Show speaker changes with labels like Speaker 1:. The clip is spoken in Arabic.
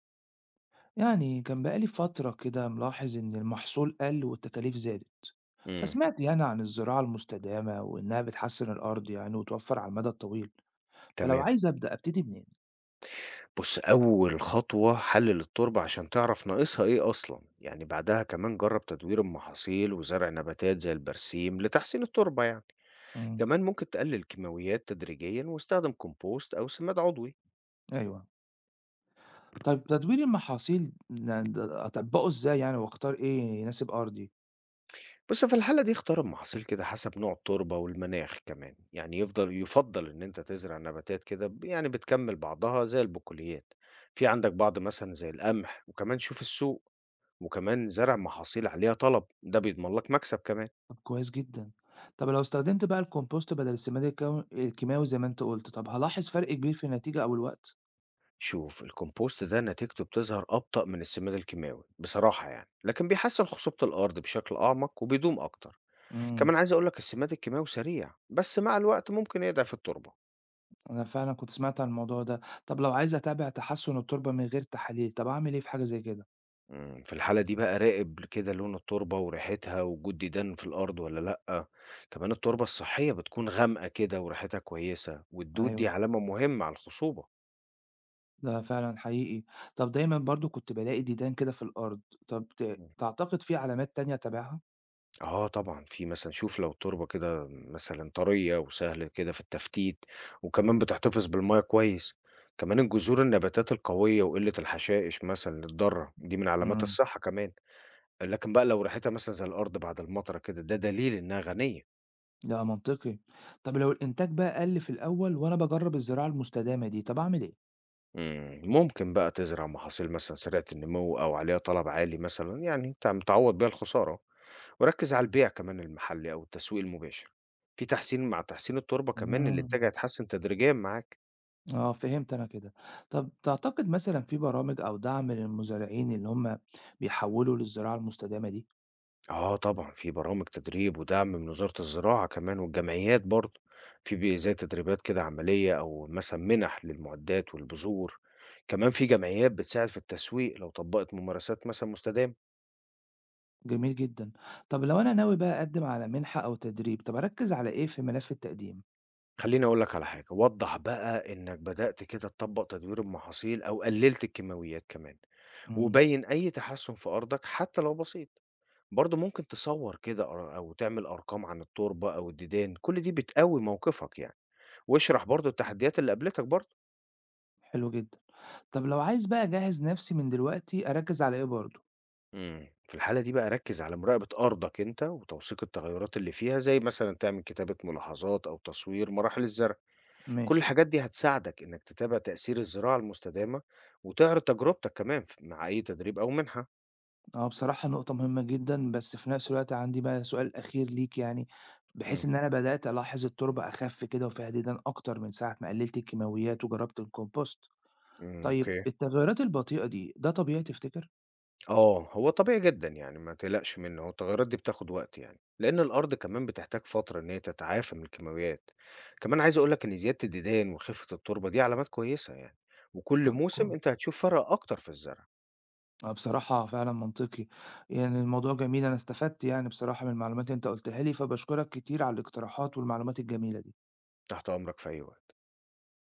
Speaker 1: يعني كان بقالي فترة كده ملاحظ إن المحصول قل والتكاليف زادت.
Speaker 2: إمم،
Speaker 1: فسمعت يعني عن الزراعة المستدامة وإنها بتحسن الأرض يعني وتوفر على المدى الطويل. فلو
Speaker 2: تمام.
Speaker 1: عايز أبدأ أبتدي منين؟
Speaker 2: بُص، أول خطوة حلِّل التربة عشان تعرف ناقصها إيه أصلًا، يعني بعدها كمان جرّب تدوير المحاصيل وزرع نباتات زي البرسيم لتحسين التربة يعني،
Speaker 1: امم.
Speaker 2: كمان ممكن تقلِّل كيماويات تدريجيًا واستخدم كومبوست أو سماد عضوي.
Speaker 1: أيوه. طيب تدوير المحاصيل أطبقه إزاي يعني وأختار إيه يناسب أرضي؟
Speaker 2: بس في الحالة دي اختار المحاصيل كده حسب نوع التربة والمناخ كمان، يعني يُفضّل إن أنت تزرع نباتات كده ب يعني بتكمّل بعضها زي البقوليات، في عندك بعض مثلًا زي القمح وكمان شوف السوق. وكمان زرع محاصيل عليها طلب ده بيضمن لك مكسب كمان.
Speaker 1: طب كويس جدا. طب لو استخدمت بقى الكompost بدل السماد الكيماوي زي ما أنت قلت، طب هلاحظ فرق كبير في النتيجة أو الوقت؟
Speaker 2: شوف الكمبوست ده نتيجته بتظهر أبطأ من السماد الكيماوي بصراحة يعني لكن بيحسن خصوبة الأرض بشكل أعمق وبيدوم أكتر.
Speaker 1: إمم.
Speaker 2: كمان عايز أقولك السماد الكيماوي سريع بس مع الوقت ممكن يضعف التربة.
Speaker 1: أنا فعلًا كنت سمعت عن الموضوع ده. طب لو عايز أتابع تحسُّن التربة من غير تحاليل، طب أعمل إيه في حاجة زي كده؟
Speaker 2: في الحالة دي بقى راقب كده لون التربة وريحتها وجود ديدان في الأرض ولا لأ. كمان التربة الصحية بتكون غامقة كده وريحتها كويسة والدود دي
Speaker 1: أيوه،
Speaker 2: علامة مهمة على الخصوبة.
Speaker 1: ده فعلًا حقيقي. طب دايمًا برضه كنت بالاقي ديدان كده في الأرض، طب تعتقد في علامات تانية أتابعها؟
Speaker 2: آه طبعًا، في مثلًا شوف لو التربة كده مثلًا طرية وسهل كده في التفتيت، وكمان بتحتفظ بالمَيّة كويس، كمان الجذور النباتات القوية وقلة الحشائش مثلًا الضارة دي من علامات
Speaker 1: إمم.
Speaker 2: الصحة كمان، لكن بقى لو ريحتها مثلًا زي الأرض بعد المطرة كده ده دليل إنها غنية.
Speaker 1: ده منطقي. طب لو الإنتاج بقى قَل في الأول وأنا باجرّب الزراعة المستدامة دي، طب أعمل إيه؟
Speaker 2: ممكن بقى تزرع محاصيل مثلًا سريعة النمو أو عليها طلب عالي مثلًا يعني تعوّض بيها الخسارة، وركّز على البيع كمان المحلي أو التسويق المباشر. في تحسين مع تحسين التربة كمان الإنتاج
Speaker 1: إمم.
Speaker 2: هيتحسن تدريجيًا معاك.
Speaker 1: آه فهمت أنا كده. طب تعتقد مثلًا في برامج أو دعم للمزارعين اللي هم بيحوّلوا للزراعة المستدامة دي؟
Speaker 2: آه طبعًا، في برامج تدريب ودعم من وزارة الزراعة كمان والجمعيات برضه، في بي زي تدريبات كده عملية أو مثلًا مِنَح للمعدات والبذور، كمان في جمعيات بتساعد في التسويق لو طبّقت ممارسات مثلًا مستدامة.
Speaker 1: جميل جدًا. طب لو أنا ناوي بقى أقدّم على مِنحة أو تدريب، طب أركّز على إيه في ملف التقديم؟
Speaker 2: خلّيني أقول لك على حاجة، وضّح بقى إنك بدأت كده تطبّق تدوير المحاصيل أو قلّلت الكيماويات كمان،
Speaker 1: إمم.
Speaker 2: وبيّن أي تحسُّن في أرضك حتى لو بسيط، برضه ممكن تصوّر كده أر أو تعمل أرقام عن التربة أو الديدان، كل دي بتقوّي موقفك يعني، واشرح برضه التحديات اللي قابلتك برضه.
Speaker 1: حلو جدًا. طب لو عايز بقى أجهّز نَفْسي من دلوقتي، أركّز على إيه برضه؟
Speaker 2: في الحالة دي بقى ركّز على مراقبة أرضك أنت وتوثيق التغيرات اللي فيها، زي مثلًا تعمل كتابة ملاحظات أو تصوير مراحل الزرع، كل
Speaker 1: ماشي.
Speaker 2: الحاجات دي هتساعدك إنك تتابع تأثير الزراعة المستدامة وتعرض تجربتك كمان ف مع أي تدريب أو منحة.
Speaker 1: آه، بصراحة نقطة مهمة جدًا، بس في نَفْس الوقت عندي بقى سؤال أخير ليك يعني،
Speaker 2: إمم،
Speaker 1: بحيث إن أنا بدأت ألاحظ التربة أخَف كده وفيها ديدان أكتر من ساعة ما قلِّلت الكيماويات وجرّبت الcompost.
Speaker 2: إمم،
Speaker 1: طيب
Speaker 2: أوكي.
Speaker 1: التغيّرات البطيئة دي، ده طبيعي تفتكر؟
Speaker 2: آه، هو طبيعي جدًا يعني ما تقلقش منه، هو التغيرات دي بتاخد وقت يعني، لإن الأرض كمان بتحتاج فترة إن هي تتعافى من الكيماويات. كمان عايز أقول لك إن زيادة الديدان وخفة التربة دي علامات كويسة يعني، وكل
Speaker 1: طب
Speaker 2: موسم أنت
Speaker 1: كويس.
Speaker 2: هتشوف فرق أكتر في الزرع.
Speaker 1: آه، بصراحة فعلًا منطقي، يعني الموضوع جميل أنا استفدت يعني بصراحة من المعلومات اللي أنت قُلتها لي، فباشكرك كتير على الاقتراحات والمعلومات الجميلة دي.
Speaker 2: تحت أمرك في أي وقت.